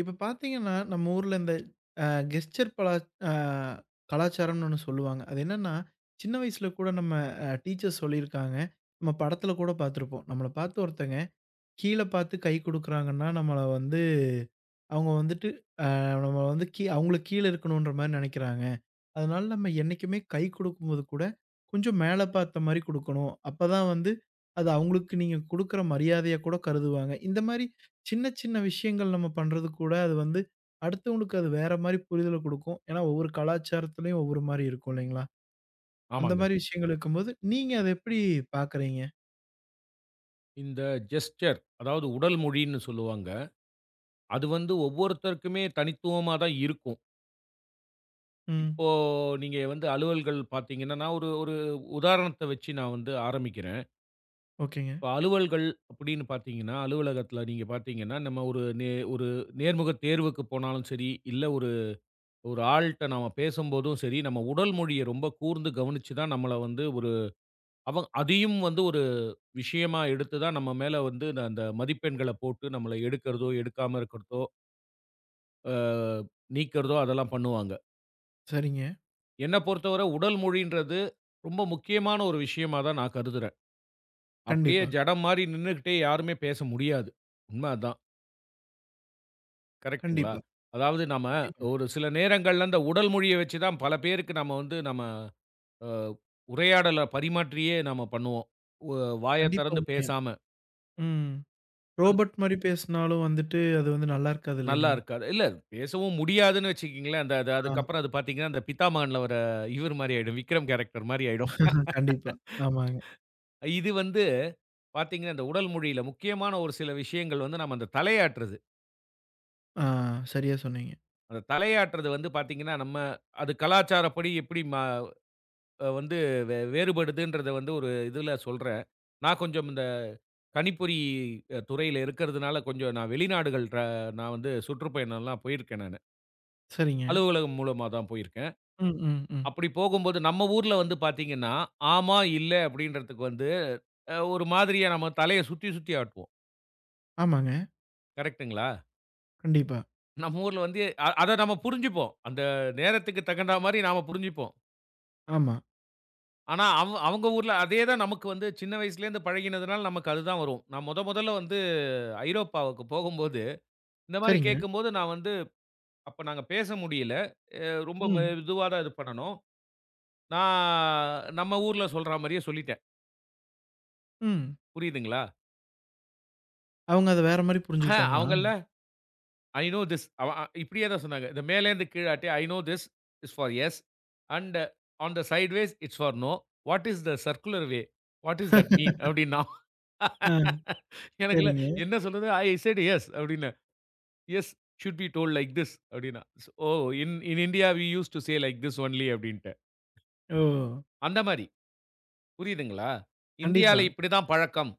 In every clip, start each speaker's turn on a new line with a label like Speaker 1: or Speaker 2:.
Speaker 1: இப்ப பார்த்தீங்கன்னா, நம்ம ஊர்ல இந்த அ கெஸ்டர் பலா அ கலாச்சாரம்னு ஒண்ணு சொல்லுவாங்க. அது என்னன்னா, சின்ன வயசுல கூட நம்ம டீச்சர்ஸ் சொல்லியிருக்காங்க. நம்ம படத்துல கூட பார்த்துருப்போம். நம்மள பார்த்து ஒருத்தங்க கீழ பார்த்து கை குடுக்குறாங்கன்னா, நம்மள வந்து அவங்க வந்துட்டு அ நம்ம வந்து அவங்களுக்கு கீழ இருக்கணுன்ற மாரி நெனைக்கிறாங்க. அதனால நம்ம என்னைக்குமே கை கொடுக்கும்போது கூட கொஞ்சம் மேலே பார்த்த மாரி குடுக்கணும். அப்பதான் வந்து அது அவங்களுக்கு நீங்க குடுக்குற மரியாதையா கூட கருதுவாங்க. இந்த மாரி சின்ன சின்ன விஷயங்கள் நம்ம பண்றது கூட அது வந்து அடுத்தவங்களுக்கு அது வேற மாரி புரிதல குடுக்கும். ஏன்னா ஒவ்வொரு கலாச்சாரத்துலயும் ஒவ்வொரு மாரி இருக்கும் இல்லைங்களா? அந்த
Speaker 2: ஆமாங்க.
Speaker 1: மாரி விஷயங்கள் இருக்கும்போது நீங்க அத எப்படி பார்க்குறீங்க?
Speaker 2: இந்த ஜெஸ்டர் அதாவது உடல் மொழின்னு சொல்லுவாங்க. அது வந்து ஒவ்வொருத்தருக்குமே தனித்துவமா தான் இருக்கும். இப்போ
Speaker 1: ம்.
Speaker 2: நீங்க வந்து அலுவல்கள் பார்த்தீங்கன்னா, நான் ஒரு ஒரு உதாரணத்த வச்சு நான் வந்து ஆரம்பிக்கிறேன்.
Speaker 1: ஓகேங்க.
Speaker 2: இப்ப அலுவல்கள் அப்படின்னு பார்த்தீங்கன்னா, அலுவலகத்தில நீங்க பார்த்தீங்கன்னா, நம்ம ஒரு நேர்முக தேர்வுக்கு போனாலும் சரி, இல்ல ஒரு ஒரு ஆள்ட்ட நாம பேசும்போதும் சரி, நம்ம உடல் மொழிய ரொம்ப கூர்ந்து கவனிச்சு தான் நம்மள வந்து ஒரு அவங்க அதையும் வந்து ஒரு விஷயமா எடுத்து தான் நம்ம மேல வந்து அந்த மதிப்பெண்கள போட்டு நம்மள எடுக்கிறதோ, எடுக்காம இருக்கிறதோ, அ நீக்கிறதோ அதெல்லாம் பண்ணுவாங்க.
Speaker 1: சரிங்க.
Speaker 2: என்ன பொறுத்தவரை உடல் மொழின்றது ரொம்ப முக்கியமான ஒரு விஷயமா தான் நான் கருதுறேன். அப்படியே
Speaker 1: கண்டிப்பா,
Speaker 2: ஜடம் மாரி நின்னுகிட்டே யாருமே பேச முடியாது. உண்ம அதான். கரெக்ட்டுங்களா?
Speaker 1: கண்டிப்பா,
Speaker 2: அதாவது நம்ம
Speaker 1: கண்டிப்பாங்க.
Speaker 2: ஒரு சில நேரங்கள்ல அந்த உடல் மொழிய வச்சு தான் பல பேருக்கு நம்ம வந்து நம்ம அ உரையாடல பரிமாற்றியே நம்ம பண்ணுவோம். ஒ வாய
Speaker 1: கண்டிப்பா
Speaker 2: திறந்து
Speaker 1: உண்மையா.
Speaker 2: பேசாம.
Speaker 1: ம். ரோபோட் மாரி பேசினாலும் வந்துட்டு அது வந்து நல்லா இருக்காது
Speaker 2: நல்லா
Speaker 1: இல்லைங்களா?
Speaker 2: இருக்காது. இல்ல பேசவும் முடியாதுன்னு வச்சுக்கங்களேன். அந்த அது
Speaker 1: ஆ
Speaker 2: அதுக்கப்புறம் அது பார்த்தீங்கன்னா, அந்த பித்தாமகன்ல வர இவர் மாரி ஆயிடும். விக்ரம் கேரக்டர் மாரி ஆயிடும்.
Speaker 1: கண்டிப்பா. ஆமாங்க.
Speaker 2: இது வந்து பார்த்தீங்கன்னா, இந்த உடல் மொழியில முக்கியமான ஒரு சில விஷயங்கள் வந்து நம்ம அந்த தலையாட்டுறது.
Speaker 1: ஆ, சரியா சொன்னீங்க.
Speaker 2: அந்த தலையாட்டுறது வந்து பார்த்தீங்கன்னா, நம்ம அது கலாச்சாரப்படி எப்படி ம அ வந்து வேறுபடுதுன்றத வந்து ஒரு இதுல சொல்றேன். நான் கொஞ்சம் இந்த கணிப்பொறி துறையில இருக்கிறதுனால, கொஞ்சம் நான் வெளிநாடுகள் நான் வந்து சுற்றுப்பயணம்லாம் போயிருக்கேன் நானு.
Speaker 1: சரிங்க.
Speaker 2: அலுவலகம் மூலமா தான் போயிருக்கேன்.
Speaker 1: ம், ம், ம்.
Speaker 2: அப்படி போகும்போது நம்ம ஊர்ல வந்து பார்த்தீங்கன்னா, ஆமா, இல்ல அப்படின்றதுக்கு வந்து ஒரு மாதிரியா நம்ம தலைய சுத்தி சுத்தி ஆட்டுவோம்.
Speaker 1: ஆமாங்க.
Speaker 2: கரெக்ட்டுங்களா?
Speaker 1: கண்டிப்பா.
Speaker 2: நம்ம ஊர்ல வந்து அத நம்ம புரிஞ்சுப்போம். அந்த நேரத்துக்கு தகுந்தா மாரி நாம புரிஞ்சுப்போம்.
Speaker 1: ஆமா.
Speaker 2: ஆனா, அவங்க ஊர்ல அதே தான் நமக்கு வந்து சின்ன வயசுலேருந்து பழகினதுனால நமக்கு அதுதான் வரும். நான் மொதல்ல வந்து ஐரோப்பாவுக்கு போகும்போது, இந்த மாரி
Speaker 1: சரிங்க.
Speaker 2: கேட்கும்போது நான் வந்து அப்ப நாங்க பேச முடியல. ரொம்ப
Speaker 1: ம்,
Speaker 2: மெதுவா தான் இது பண்ணணும். நான் நம்ம ஊர்ல சொல்ற மாரியே சொல்லிட்டேன்.
Speaker 1: ம்.
Speaker 2: புரியுதுங்களா?
Speaker 1: அவங்க அத வேற மாரி புரிஞ்சுகிட்டாங்களா?
Speaker 2: அவங்கள்ல ஐ நோ திஸ். அவ அ இப்படியே தான் சொன்னாங்க. இந்த மேலேருந்து கீழாட்டி, "I know this is for yes and on the sideways it's for no. What is the circular way? What is that mean?" அப்படின்னா.
Speaker 1: ஆ,
Speaker 2: எனக்குல
Speaker 1: சரிங்க.
Speaker 2: என்ன சொல்றது? "ஐ செட் எஸ்" அப்படின்னேன். "Yes should be told like this" அப்படின்னா. "So, "oh! In in India we used to say like this only" அப்படின்ட்டு.
Speaker 1: ஓ!
Speaker 2: அந்த மாரி. புரியுதுங்களா? இந்தியால
Speaker 1: கண்டிப்பா.
Speaker 2: இப்படி தான் பழக்கம்.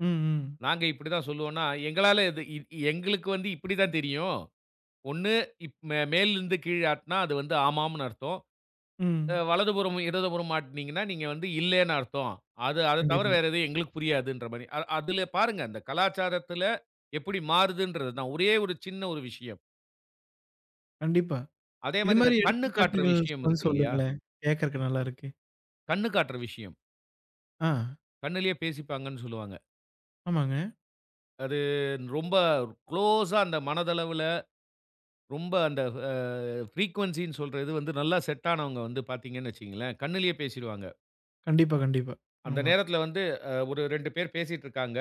Speaker 1: ம், ம்,
Speaker 2: நாங்க இப்படி தான் சொல்லுவோம்னா, எங்களால இது இ எங்களுக்கு வந்து இப்படி தான் தெரியும். ஒண்ணு இப் மே மேலிருந்து கீழ ஆட்டுனா, அது வந்து ஆமாம்ன்னு அர்த்தம்.
Speaker 1: ம்.
Speaker 2: வலதுபுறம், இடதுபுறம் ஆட்டுனீங்கன்னா, நீங்க வந்து இல்லேன்னு அர்த்தம். அது அத தவிர
Speaker 1: கண்டிப்பா,
Speaker 2: வேற எதுவும் எங்களுக்கு புரியாதுன்ற மாரி. அதுல பாருங்க, அந்த கலாச்சாரத்துல எப்படி மாறுதுன்றது தான். ஒரே ஒரு சின்ன ஒரு விஷயம்.
Speaker 1: கண்டிப்பா.
Speaker 2: அதே
Speaker 1: இது
Speaker 2: மாரி இந்த
Speaker 1: மாரி
Speaker 2: கண்ணு காட்டுற
Speaker 1: எடுத்துக்காட்டுகள்
Speaker 2: விஷயம்
Speaker 1: வந்து
Speaker 2: இருக்கு இல்லையா?
Speaker 1: சொல்லுங்களேன். கேட்கறக்கு நல்லா இருக்கு.
Speaker 2: கண்ணு காட்டுற விஷயம்.
Speaker 1: ஆ,
Speaker 2: கண்ணுலயே பேசிப்பாங்கன்னு சொல்லுவாங்க.
Speaker 1: ஆமாங்க.
Speaker 2: அது ரொம்ப குளோஸா அந்த மனதளவுல ரொம்ப அந்த அ ஃப்ரீக்வன்சின்னு சொல்ற இது வந்து நல்லா செட் ஆனவங்க வந்து பாத்தீங்கன்னு வச்சுக்கங்களேன், கண்ணுலயே பேசிருவாங்க.
Speaker 1: கண்டிப்பா, கண்டிப்பா.
Speaker 2: அந்த
Speaker 1: ஆமா.
Speaker 2: நேரத்துல வந்து ஒரு 2 பேர் பேசிட்டு இருக்காங்க.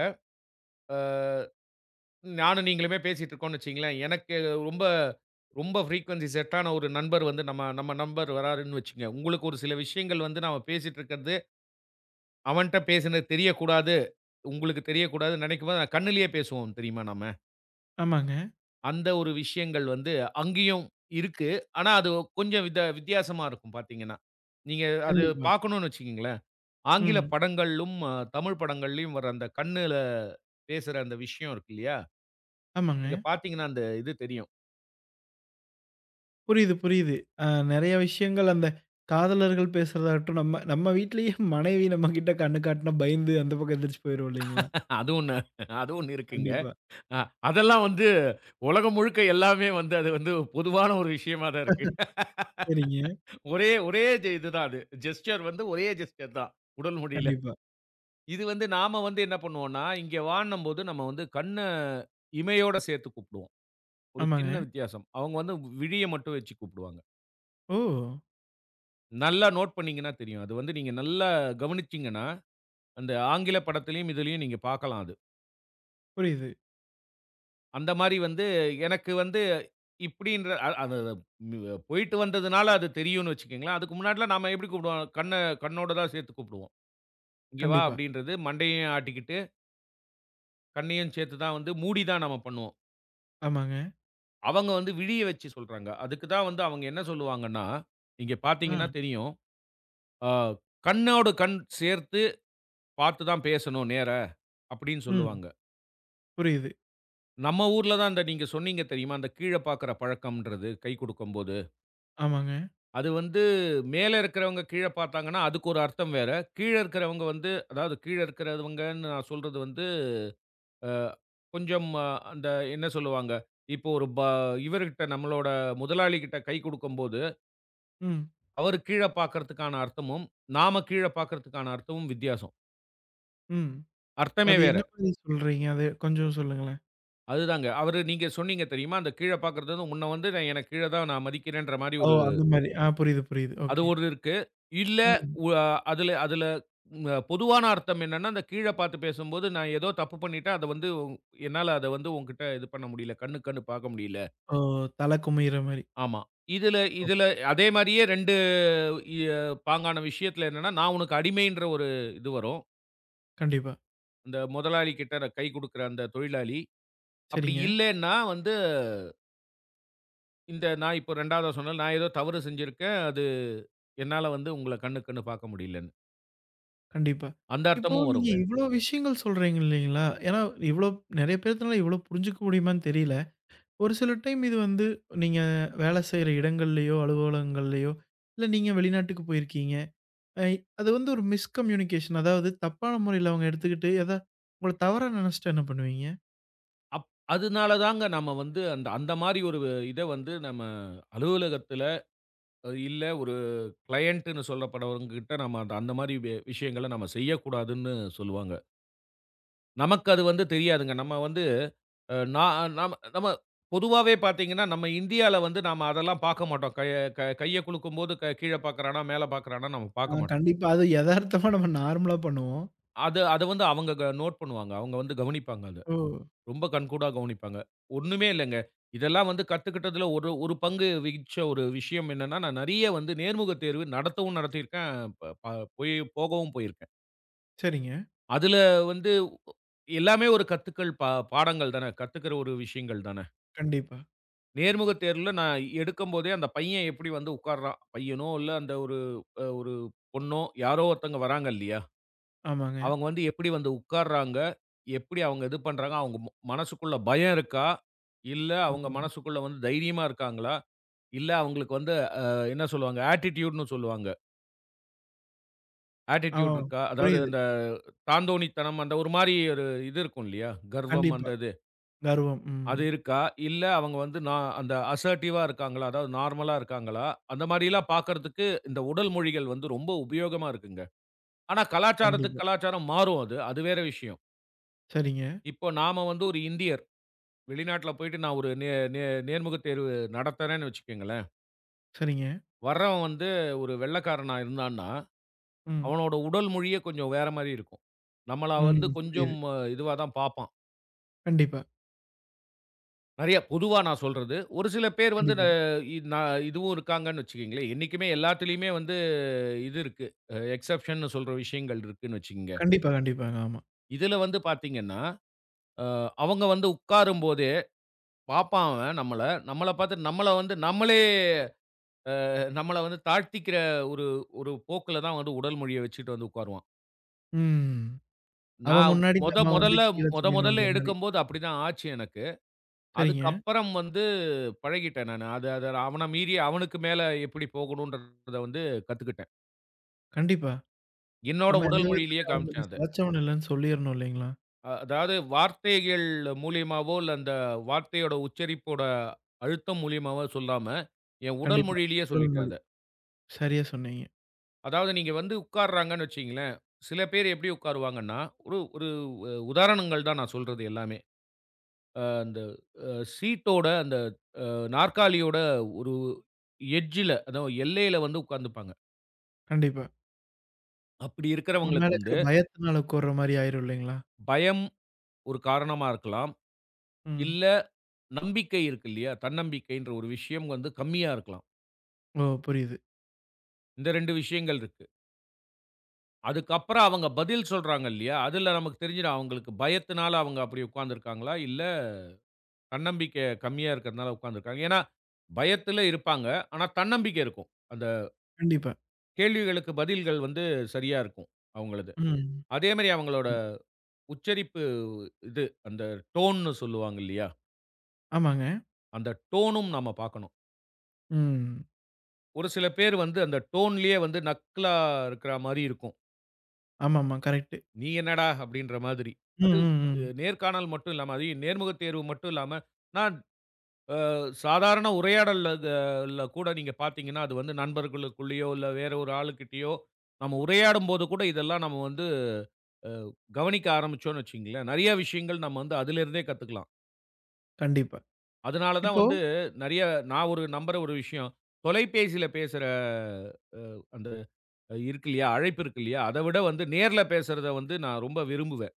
Speaker 2: அ நானும் நீங்களுமே பேசிட்டு இருக்கோம்னு வச்சுக்கங்களேன். எனக்கு ரொம்ப ரொம்ப ஃப்ரீக்வென்சி செட் ஆன ஒரு நண்பர் வந்து நம்ம நம்ம நண்பர் வராருன்னு வச்சுக்கங்க. உங்களுக்கு ஒரு சில விஷயங்கள் வந்து நாம பேசிட்டு இருக்கிறது, அவன்ட்ட பேசினது தெரியக்கூடாது, உங்களுக்கு தெரியக்கூடாதுன்னு நினைக்கும்போது நான் கண்ணுலயே பேசுவோம் தெரியுமா நாம.
Speaker 1: ஆமாங்க.
Speaker 2: அந்த ஒரு விஷயங்கள் வந்து அங்கேயும் இருக்கு. ஆனா அது கொஞ்சம் வித்தியாசமா இருக்கும் பார்த்தீங்கன்னா. நீங்க அது
Speaker 1: கண்டிப்பா.
Speaker 2: பார்க்கணும்னு வச்சுக்கங்களேன். ஆங்கில
Speaker 1: ம்.
Speaker 2: படங்கள்லும், தமிழ் படங்கள்லயும் வர அந்த கண்ணுல பேசுற அந்த விஷயம் இருக்கு இல்லையா?
Speaker 1: ஆமாங்க.
Speaker 2: நீங்க பார்த்தீங்கன்னா, அந்த இது தெரியும்.
Speaker 1: புரியுது, புரியுது. அ நெறைய விஷயங்கள் அந்த காதலர்கள் பேசுறதாகட்டும், நம்ம நம்ம வீட்லயே மனைவி நம்ம கிட்ட கண்ணு காட்டுனா பயந்து அந்த பக்கம் எந்திரிச்சு போயிருவோம் இல்லைங்களா?
Speaker 2: அது ஒண்ணு அது ஒண்ணு இருக்குங்க.
Speaker 1: கண்டிப்பா.
Speaker 2: அ அதெல்லாம் வந்து உலகம் முழுக்க எல்லாமே வந்து அது வந்து பொதுவான ஒரு விஷயமா தான் இருக்கு.
Speaker 1: சரிங்க.
Speaker 2: ஒரே ஒரே ஜ இதுதான் அது. ஜெஸ்ச்சர் வந்து ஒரே ஜெஸ்ச்சர் தான். உடல் மொழியில.
Speaker 1: கண்டிப்பா.
Speaker 2: இது வந்து நாம வந்து என்ன பண்ணுவோம்னா, இங்க வான்னும்போது நம்ம வந்து இமையோட சேர்த்து கூப்பிடுவோம். ஒரு சின்ன
Speaker 1: ஆமாங்க.
Speaker 2: வித்தியாசம். அவங்க வந்து விழிய மட்டும் வச்சு கூப்பிடுவாங்க.
Speaker 1: ஓ!
Speaker 2: நல்லா நோட் பண்ணீங்கன்னா தெரியும். அது வந்து நீங்க நல்லா கவனிச்சீங்கன்னா அந்த ஆங்கில படத்திலயும், இதுலயும் நீங்க பார்க்கலாம் அது.
Speaker 1: புரியுது.
Speaker 2: அந்த மாரி வந்து எனக்கு வந்து இப்படின்ற அ அது வ் போயிட்டு வந்ததுனால அது தெரியும்னு வச்சுக்கங்களேன். அதுக்கு முன்னாடிலாம் நாம எப்படி கூப்பிடுவோம்? கண்ணோட தான் சேர்த்து கூப்பிடுவோம். "இங்க வா"
Speaker 1: கண்டிப்பா.
Speaker 2: அப்படின்றது மண்டையும் ஆட்டிக்கிட்டு, கண்ணையும் சேர்த்து தான் வந்து மூடி தான் நம்ம பண்ணுவோம்.
Speaker 1: ஆமாங்க.
Speaker 2: அவங்க வந்து விழிய வச்சு சொல்றாங்க. அதுக்கு தான் வந்து அவங்க என்ன சொல்லுவாங்கன்னா, நீங்க
Speaker 1: ஆ.
Speaker 2: பார்த்தீங்கன்னா தெரியும். அ "கண்ணோடு கண் சேர்த்து பார்த்து தான் பேசணும் நேரா" அப்படின்னு
Speaker 1: ம்.
Speaker 2: சொல்லுவாங்க.
Speaker 1: புரியுது.
Speaker 2: நம்ம ஊர்ல தான் அந்த நீங்க சொன்னீங்க தெரியுமா? அந்த கீழ பாக்குற பழக்கம்ன்றது, கை குடுக்கும்போது.
Speaker 1: ஆமாங்க.
Speaker 2: அது வந்து மேல இருக்கிறவங்க கீழ பார்த்தாங்கன்னா, அதுக்கு ஒரு அர்த்தம் வேற. கீழ இருக்கிறவங்க வந்து அதாவது கீழ இருக்கிறவங்கன்னு நான் சொல்றது வந்து, அ கொஞ்சம் அந்த என்ன சொல்லுவாங்க? இப்போ ஒரு ப இவர்கிட்ட நம்மளோட முதலாளிகிட்ட கை குடுக்கும்போது,
Speaker 1: ம்.
Speaker 2: அவரு கீழ பார்க்கறதுக்கான அர்த்தமும், நாம கீழ பார்க்கறதுக்கான அர்த்தமும் வித்தியாசம்.
Speaker 1: ம்.
Speaker 2: அர்த்தமே
Speaker 1: அது
Speaker 2: வேற.
Speaker 1: என்ன மாரி சொல்றீங்க? அது கொஞ்சம் சொல்லுங்களேன்.
Speaker 2: அதுதாங்க. அவரு நீங்க சொன்னீங்க தெரியுமா? அந்த கீழ பார்க்கறது வந்து, "உன்ன வந்து நான் எனக்கு கீழ தான் நான் மதிக்கிறேன்ற" மாரி
Speaker 1: ஓ! அந்த மாரி. ஆ புரியுது, புரியுது.
Speaker 2: அது
Speaker 1: ஓகே.
Speaker 2: ஒரு இருக்கு. இல்ல
Speaker 1: ம்.
Speaker 2: உ அதுல அதுல பொதுவான அர்த்தம் என்னன்னா, அந்த கீழ பார்த்து பேசும்போது, நான் ஏதோ தப்பு பண்ணிட்டேன். அத வந்து என்னால அத வந்து உன்கிட்ட இது பண்ண முடியல. கண்ணுக்கு கண்ணு பார்க்க முடியல.
Speaker 1: ஓ! தல குமியிற மாரி.
Speaker 2: ஆமா. இதுல
Speaker 1: ஓகே.
Speaker 2: இதுல அதே மாரியே 2 இ பாங்கான விஷயத்துல என்னன்னா, நான் உனக்கு அடிமைன்ற ஒரு இது வரும்.
Speaker 1: கண்டிப்பா.
Speaker 2: இந்த முதலாளி கிட்ட நான் கை குடுக்குற அந்த தொழிலாளி. அப்படி
Speaker 1: சரிங்க.
Speaker 2: இல்லன்னா வந்து, இந்த நான் இப்போ 2வதா சொன்னேன்ல, நான் ஏதோ தவறு செஞ்சிருக்கேன். அது என்னால வந்து உங்கள கண்ணுக்கு கண்ணு பார்க்க முடியலன்னு.
Speaker 1: கண்டிப்பா.
Speaker 2: அந்த
Speaker 1: இப்போ
Speaker 2: அர்த்தமும்
Speaker 1: நீங்க
Speaker 2: வருங்க.
Speaker 1: இவ்ளோ விஷயங்கள் சொல்றீங்க இல்லைங்களா? ஏன்னா இவ்ளோ நெறைய பேத்துனால இவ்ளோ புரிஞ்சுக்க முடியுமான்னு தெரியல. ஒரு சில டைம் இது வந்து நீங்க வேலை செய்ற இடங்கள்லயோ, அலுவலகங்கள்லயோ, இல்ல நீங்க வெளிநாட்டுக்கு போயிருக்கீங்க. ஐ அது வந்து ஒரு மிஸ்கம்யூனிகேஷன். அதாவது தப்பான முறையில அவங்க எடுத்துக்கிட்டு, உங்கள தவறா நெனச்சுட்டா என்ன பண்ணுவீங்க?
Speaker 2: அப் அதனால தாங்க நம்ம வந்து அந்த அந்த மாரி ஒரு இத வந்து நம்ம அலுவலகத்தில, இல்ல ஒரு கிளையன்ட்ன்னு சொல்லப்படுறவங்ககிட்ட நம்ம அந்த அந்த மாரி விஷயங்கள நம்ம செய்யக்கூடாதுன்னு சொல்லுவாங்க. நமக்கு அது வந்து தெரியாதுங்க. நம்ம வந்து அ நான் நம்ம நம்ம பொதுவாவே பார்த்தீங்கன்னா, நம்ம இந்தியால வந்து நாம அதெல்லாம் பார்க்க மாட்டோம். கைய குலுக்கும்போது கீழ பார்க்குறானா, மேல பார்க்குறானா நம்ம
Speaker 1: ஆ
Speaker 2: பார்க்க மாட்டோம்.
Speaker 1: கண்டிப்பா. அது எதார்த்தமா நம்ம நார்மலா பண்ணுவோம்.
Speaker 2: அது அத வந்து அவங்க நோட் பண்ணுவாங்க. அவங்க வந்து கவனிப்பாங்க அத.
Speaker 1: ஓ!
Speaker 2: ரொம்ப கண்கூடா கவனிப்பாங்க. ஒண்ணுமே இல்லங்க. இதெல்லாம் வந்து கத்துக்கிட்டதுல ஒரு ஒரு பங்கு வகிச்ச ஒரு விஷயம் என்னன்னா, நான் நெறைய வந்து நேர்முக தேர்வு நடத்தவும் நடத்தியிருக்கேன். ப ப போய் போகவும் போயிருக்கேன்.
Speaker 1: சரிங்க.
Speaker 2: அதுல வந்து எல்லாமே ஒரு கத்துக்கள் பாடங்கள் தானே! கத்துக்கிற ஒரு விஷயங்கள் தானே!
Speaker 1: கண்டிப்பா.
Speaker 2: நேர்முக தேர்வுல நான் எடுக்கும்போதே அந்த பையன் எப்படி வந்து உட்கார்றான். பையனோ, இல்ல அந்த ஒரு அ ஒரு பொண்ணோ யாரோ ஒருத்தங்க வராங்க இல்லையா?
Speaker 1: ஆமாங்க.
Speaker 2: அவங்க வந்து எப்படி வந்து உட்கார்றாங்க? எப்படி அவங்க இது பண்றாங்க? அவங்க மனசுக்குள்ள பயம் இருக்கா? இல்ல அவங்க
Speaker 1: ம்.
Speaker 2: மனசுக்குள்ள வந்து தைரியமா இருக்காங்களா? இல்ல அவங்களுக்கு வந்து அ என்ன சொல்லுவாங்க? ஆட்டிட்யூட்ன்னு சொல்லுவாங்க.
Speaker 1: ஆ
Speaker 2: ஆட்டிட்யூட் இருக்கா? அதாவது
Speaker 1: புரியுது.
Speaker 2: அந்த தாந்தோணித்தனம் அந்த ஒரு மாரி ஒரு இது இருக்கும் இல்லையா? கர்வம்
Speaker 1: கண்டிப்பா.
Speaker 2: அந்த இது.
Speaker 1: கர்வம். ம்.
Speaker 2: அது இருக்கா? இல்ல அவங்க வந்து நான் அந்த அசர்டிவா இருக்காங்களா? அதாவது நார்மலா இருக்காங்களா? அந்த மாரிலாம் பார்க்கறதுக்கு இந்த உடல் மொழிகள் வந்து ரொம்ப உபயோகமா இருக்குங்க. ஆனா
Speaker 1: கண்டிப்பா.
Speaker 2: கலாச்சாரத்துக்கு கலாச்சாரம் மாறும் அது. அது வேற விஷயம்.
Speaker 1: சரிங்க,
Speaker 2: இப்போ நாம வந்து ஒரு இந்தியர். வெளிநாட்ல போயிட்டு நான் ஒரு நே நே நேர்முகத் தேர்வு நடத்துறேன்னு வச்சுக்கங்களேன்.
Speaker 1: சரிங்க.
Speaker 2: வர்றவன் வந்து ஒரு வெள்ளைக்காரனா இருந்தான்னா,
Speaker 1: ம்.
Speaker 2: அவனோட உடல் மொழியே கொஞ்சம் வேற மாரி இருக்கும். நம்மள
Speaker 1: ம்.
Speaker 2: வந்து
Speaker 1: புரியுது.
Speaker 2: கொஞ்சம் இதுவா தான் பார்ப்பான்.
Speaker 1: கண்டிப்பா,
Speaker 2: நெறைய பொதுவா நான் சொல்றது. ஒரு சில பேர் வந்து ந
Speaker 1: கண்டிப்பா.
Speaker 2: இ ந இதுவும் இருக்காங்கன்னு வச்சுக்கங்களேன். என்னைக்குமே எல்லாத்துலயுமே வந்து இது இருக்கு. எக்சப்ஷன்னு சொல்ற விஷயங்கள் இருக்குன்னு வச்சுக்கங்க.
Speaker 1: கண்டிப்பா, கண்டிப்பாங்க. ஆமா.
Speaker 2: இதுல வந்து பார்த்தீங்கன்னா, அ அவங்க வந்து உட்காரும்போதே பார்ப்பான் அவன் நம்மள. நம்மள பார்த்துட்டு நம்மள வந்து நம்மளே நம்மள வந்து தாழ்த்திக்கிற ஒரு ஒரு போக்குல தான் வந்து உடல் மொழிய வச்சுட்டு வந்து உட்காருவான்.
Speaker 1: ம். அவ
Speaker 2: நான்
Speaker 1: முன்னாடி
Speaker 2: மொத
Speaker 1: நம்ம வந்து
Speaker 2: மொதல்ல
Speaker 1: கீழ
Speaker 2: மொதல்ல
Speaker 1: தெரியணுன்ற மாரி.
Speaker 2: எடுக்கும்போது அப்படிதான் ஆச்சு எனக்கு.
Speaker 1: சரிங்க.
Speaker 2: அதுக்கப்புறம் வந்து பழகிட்டேன் நானு. அது அத அவன மீறி அவனுக்கு மேல எப்படி போகணுன்றத வந்து கத்துக்கிட்டேன்.
Speaker 1: கண்டிப்பா.
Speaker 2: என்னோட
Speaker 1: நம்ம எந்த
Speaker 2: உடல் மொழியிலேயே
Speaker 1: விதத்துலயும்
Speaker 2: காமிச்சேன்
Speaker 1: அவங்களுக்கு
Speaker 2: அத.
Speaker 1: சளைச்சவன் இல்லன்னு சொல்லிரணும் இல்லைங்களா?
Speaker 2: அதாவது வார்த்தைகள் மூலியமாவோ, இல்ல அந்த வார்த்தையோட உச்சரிப்போட அழுத்தம் மூலியமாவோ சொல்லாம, என் உடல்
Speaker 1: கண்டிப்பா.
Speaker 2: மொழியிலேயே
Speaker 1: உடல்
Speaker 2: சொல்லிட்டேன்
Speaker 1: மொழி.
Speaker 2: அத.
Speaker 1: சரியா சொன்னீங்க.
Speaker 2: அதாவது நீங்க வந்து உட்கார்றாங்கன்னு வச்சுக்கங்களேன், சில பேர் எப்படி உட்காருவாங்கன்னா, ஒரு ஒரு அ உதாரணங்கள் தான் நான் சொல்றது எல்லாமே. அ அந்த அ சீட்டோட அந்த நாற்காலியோட ஒரு எட்ஜ்ல, அதாவது எல்லையில வந்து உட்கார்ந்துப்பாங்க.
Speaker 1: கண்டிப்பா.
Speaker 2: அப்படி
Speaker 1: நம்ம
Speaker 2: இருக்கிறவங்களுக்கு
Speaker 1: மேல இருக்கிற
Speaker 2: வந்து
Speaker 1: பயத்தினால கூர்ற மாரி ஆயிரும் இல்லைங்களா?
Speaker 2: பயம் ஒரு காரணமா இருக்கலாம்.
Speaker 1: ம்.
Speaker 2: இல்ல நம்பிக்கை இருக்கு இல்லையா? தன்னம்பிக்கைன்ற ஒரு விஷயம் வந்து கம்மியா இருக்கலாம்.
Speaker 1: ஓ! புரியுது.
Speaker 2: இந்த 2 விஷயங்கள் இருக்கு. அதுக்கப்புறம் அவங்க பதில் சொல்றாங்க இல்லையா? அதுல நமக்கு தெரிஞ்சிடும் அவங்களுக்கு பயத்தினால அவங்க அப்படி உட்கார்ந்திருக்காங்களா? இல்ல தன்னம்பிக்கை கம்மியா இருக்கிறதுனால உட்கார்ந்திருக்காங்க. ஏன்னா, பயத்துல இருப்பாங்க. ஆனா, தன்னம்பிக்கை இருக்கும். அந்த
Speaker 1: கண்டிப்பா.
Speaker 2: கேள்விகளுக்கு பதில்கள் வந்து சரியா இருக்கும், அவங்களது.
Speaker 1: ம்.
Speaker 2: அதே மாரி அவங்களோட
Speaker 1: ம்.
Speaker 2: உச்சரிப்பு இது, அந்த டோன்ன்னு சொல்லுவாங்க இல்லையா?
Speaker 1: ஆமாங்க.
Speaker 2: அந்த டோனும் நாம பார்க்கணும்.
Speaker 1: ம்.
Speaker 2: ஒரு சில பேர் வந்து அந்த டோன்லயே வந்து நக்கலா இருக்கிற மாரி இருக்கும்.
Speaker 1: ஆமாமா. கரெக்ட்டு.
Speaker 2: "நீ என்னடா?" அப்படின்ற மாதிரி.
Speaker 1: ம்,
Speaker 2: அது
Speaker 1: ம், ம்.
Speaker 2: நேர்காணல் மட்டும் இல்லாம, அது நேர்முகத் தேர்வு மட்டும் இல்லாம, "நான் சாதாரண உரையாடல்ல க ல்ல கூட நீங்க பார்த்தீங்கன்னா, அது வந்து நண்பர்களுக்குள்ளேயோ, இல்ல வேற ஒரு ஆளுகிட்டயோ, நம்ம உரையாடும்போது கூட இதெல்லாம் நம்ம வந்து அ கவனிக்க ஆரம்பிச்சோம்னு வச்சுக்கங்களேன், நெறைய விஷயங்கள் நம்ம வந்து அதிலிருந்தே கத்துக்கலாம்.
Speaker 1: கண்டிப்பா.
Speaker 2: அதனால தான்
Speaker 1: இப்போ
Speaker 2: வந்து நெறைய நான் ஒரு நம்புற ஒரு விஷயம், தொலைபேசியில பேசுற அ அந்த இருக்கு இல்லையா? அழைப்பு இருக்கு இல்லையா? அத விட வந்து நேர்ல பேசுறத வந்து நான் ரொம்ப விரும்புவேன்.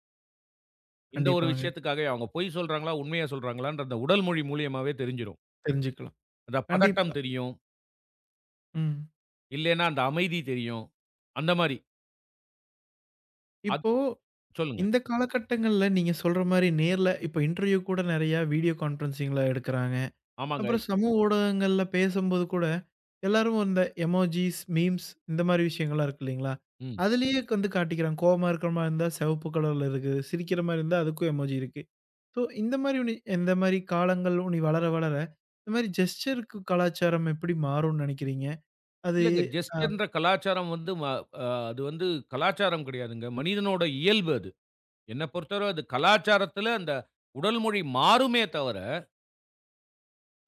Speaker 2: இந்த ஒரு
Speaker 1: கண்டிப்பாங்க.
Speaker 2: விஷயத்துக்காகவே அவங்க பொய் சொல்றாங்களா? உண்மைய சொல்றாங்களான்ற அந்த உடல் மொழி மூலியமாவே தெரிஞ்சிரும்.
Speaker 1: தெரிஞ்சுக்கலாம்.
Speaker 2: அந்த பதட்டம்
Speaker 1: கண்டிப்பா.
Speaker 2: தெரியும்.
Speaker 1: ம்.
Speaker 2: இல்லைன்னா, அந்த அமைதி தெரியும். அந்த மாரி. அத்
Speaker 1: இப்போ
Speaker 2: சொல்லுங்க.
Speaker 1: இந்த காலகட்டங்கள்ல நீங்க சொல்ற மாரி நேர்ல இப்ப இன்டர்வியூ கூட நெறையா வீடியோ கான்ஃபரன்சிங்ல எடுக்குறாங்க.
Speaker 2: ஆமாங்க.
Speaker 1: அப்புறம் சமூக ஊடகங்கள்ல பேசும்போது கூட, எல்லாரும் இந்த எமோஜிஸ், மீம்ஸ் இந்த மாரி விஷயங்கள்லாம் இருக்கு இல்லைங்களா?
Speaker 2: ம்.
Speaker 1: அதிலேயே வந்து காட்டிக்கிறாங்க. கோவமா இருக்கிற மாரி இருந்தா சிவப்பு கலர்ல இருக்கு. சிரிக்கிற மாரி இருந்தா அதுக்கும் எமோஜி இருக்கு. ஸோ இந்த மாரி உனி இந்த மாரி காலங்கள் உனி வளர வளர, இந்த மாரி ஜெஸ்டருக்கு கலாச்சாரம் எப்படி மாறும்னு நெனைக்கிறீங்க? அது
Speaker 2: இல்லங்க.
Speaker 1: ஆ
Speaker 2: ஜெஸ்டர்ன்ற கலாச்சாரம் வந்து ம அ அது வந்து கலாச்சாரம் கிடையாதுங்க. மனிதனோட இயல்பு அது. என்ன பொறுத்தவரை அது கலாச்சாரத்தில அந்த உடல் மொழி மாறுமே தவிர,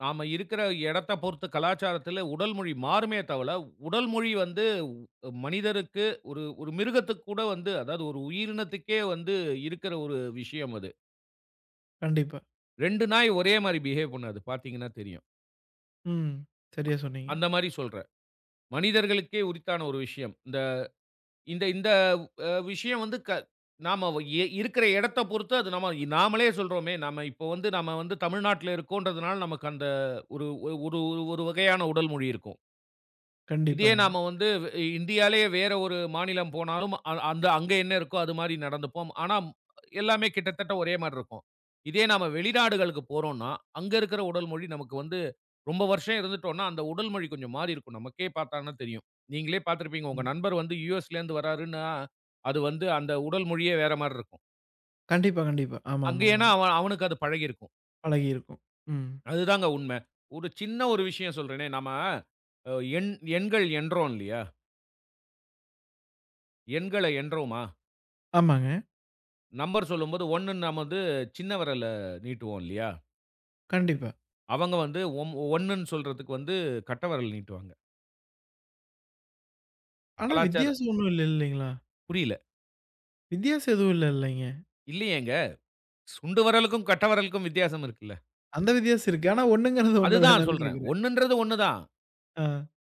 Speaker 2: நாம இருக்கிற இடத்த பொறுத்து கலாச்சாரத்தில உடல் மொழி மாறுமே தவிர, உடல் மொழி வந்து மனிதருக்கு ஒரு ஒரு மிருகத்துக்கு கூட வந்து அதாவது ஒரு உயிரினத்துக்கே வந்து இருக்கிற ஒரு விஷயம் அது.
Speaker 1: கண்டிப்பா.
Speaker 2: 2 நாய் ஒரே மாரி பிஹேவ் பண்ணாது. பார்த்தீங்கன்னா தெரியும்.
Speaker 1: ம். சரியா சொன்னீங்க.
Speaker 2: அந்த மாரி சொல்றேன். மனிதர்களுக்கே உரித்தான ஒரு விஷயம். இந்த இந்த இந்த அ விஷயம் வந்து நாம இருக்கிற இடத்த பொறுத்து அது நம்ம நாமளே சொல்றோமே, நாம இப்போ வந்து நாம வந்து தமிழ்நாட்டுல இருக்கோன்றதுனால நமக்கு அந்த ஒரு ஒரு ஒரு ஒரு வகையான உடல் மொழி இருக்கும். இதே
Speaker 1: கண்டிப்பாங்க.
Speaker 2: நாம வந்து இந்தியாலயே வேற ஒரு மாநிலம் போனாலும், அந்த அங்க என்ன இருக்கோ அது மாரி நடந்துப்போம். ஆனா, எல்லாமே கிட்டத்தட்ட ஒரே மாரி இருக்கும். இதே நாம வெளிநாடுகளுக்கு போறோம்னா, அங்க இருக்கிற உடல் மொழி நமக்கு வந்து ரொம்ப வருஷம் இருந்துட்டோம்னா, அந்த உடல் மொழி கொஞ்சம் மாறி இருக்கும். நமக்கே பார்த்தான்னா தெரியும். நீங்களே பார்த்திருப்பீங்க. உங்க
Speaker 1: ம்.
Speaker 2: நண்பர் வந்து யுஎஸ்லேருந்து வராருன்னா, அது வந்து அந்த உடல் மொழியே வேற மாரி இருக்கும்.
Speaker 1: கண்டிப்பா, கண்டிப்பா.
Speaker 2: அங்க
Speaker 1: ஆமாமாமா.
Speaker 2: ஏன்னா அவன் அவனுக்கு அது பழகியிருக்கும்.
Speaker 1: பழகியிருக்கும். ம்.
Speaker 2: அதுதாங்க உண்மை. ஒரு சின்ன ஒரு விஷயம் சொல்றேனே, நாம அ எண் எண்கள் எண்றோம் இல்லையா? எண்கள எண்றோமா?
Speaker 1: ஆமாங்க.
Speaker 2: நம்பர் சொல்லும்போது 1ன்னு நாம வந்து சின்ன விரல நீட்டுவோம் இல்லையா?
Speaker 1: கண்டிப்பா.
Speaker 2: அவங்க வந்து ஒம் 1ன்னு சொல்றதுக்கு வந்து கட்ட விரல் நீட்டுவாங்க.
Speaker 1: ஆனா
Speaker 2: கலாச்சார
Speaker 1: வித்தியாசம் ஒண்ணும் இல்ல இல்லைங்களா?
Speaker 2: புரியல.
Speaker 1: வித்தியாசம் எதுவும் இல்ல இல்லைங்க?
Speaker 2: இல்லையேங்க. சுண்டு விரலுக்கும், கட்ட விரலுக்கும் வித்தியாசம் இருக்குல்ல.
Speaker 1: அந்த வித்தியாசம் இருக்கு. ஆனா ஒண்ணுங்கிறது ஒண்ணு
Speaker 2: அதுதான்
Speaker 1: தானேன்னு
Speaker 2: சொல்றேன்.
Speaker 1: கேட்கிறேன்.
Speaker 2: 1ன்றது 1 தான்.
Speaker 1: ஆ.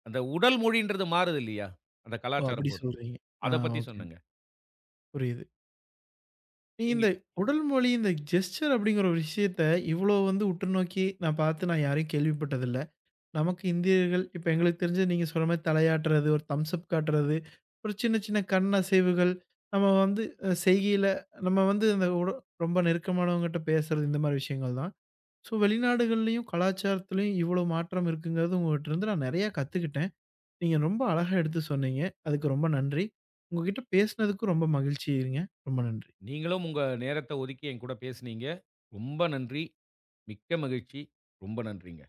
Speaker 2: அந்த உடல் மொழின்றது மாறுது இல்லையா? அந்த
Speaker 1: ஓ!
Speaker 2: கலாச்சாரம்
Speaker 1: அப்படி
Speaker 2: பொறுத்து.
Speaker 1: சொல்றீங்க. ஆ
Speaker 2: அத பத்தி
Speaker 1: ஓகே.
Speaker 2: சொன்னேங்க.
Speaker 1: புரியுது. நீங்க
Speaker 2: நீங்க
Speaker 1: இந்த உடல் மொழி, இந்த ஜெஸ்டர் அப்படிங்கிற ஒரு விஷயத்த இவ்வளோ வந்து உற்று நோக்கி நான் பார்த்து நான் யாரையும் கேள்விப்பட்டதில்ல. நமக்கு இந்தியர்கள் இப்ப எங்களுக்கு தெரிஞ்சு நீங்க சொல்ற மாரி தலையாட்டுறது, ஒரு தம்ஸ் அப் காட்டுறது, ஒரு சின்ன சின்ன கண் அசைவுகள், நம்ம வந்து செய்கையில நம்ம வந்து அந்த ரொம்ப நெருக்கமானவங்ககிட்ட பேசுறது இந்த மாரி விஷயங்கள் தான். ஸோ, வெளிநாடுகள்லயும் கலாச்சாரத்திலயும் இவ்வளோ மாற்றம் இருக்குங்கிறது உங்ககிட்டருந்து நான் நெறையா கத்துக்கிட்டேன். நீங்க ரொம்ப அழகா எடுத்து சொன்னீங்க. அதுக்கு ரொம்ப நன்றி. உங்ககிட்ட பேசினதுக்கு ரொம்ப மகிழ்ச்சிங்க. ரொம்ப நன்றி.
Speaker 2: நீங்களும் உங்க நேரத்த ஒதுக்கி என்கூட பேசுனீங்க. ரொம்ப நன்றி. மிக்க மகிழ்ச்சி. ரொம்ப நன்றிங்க.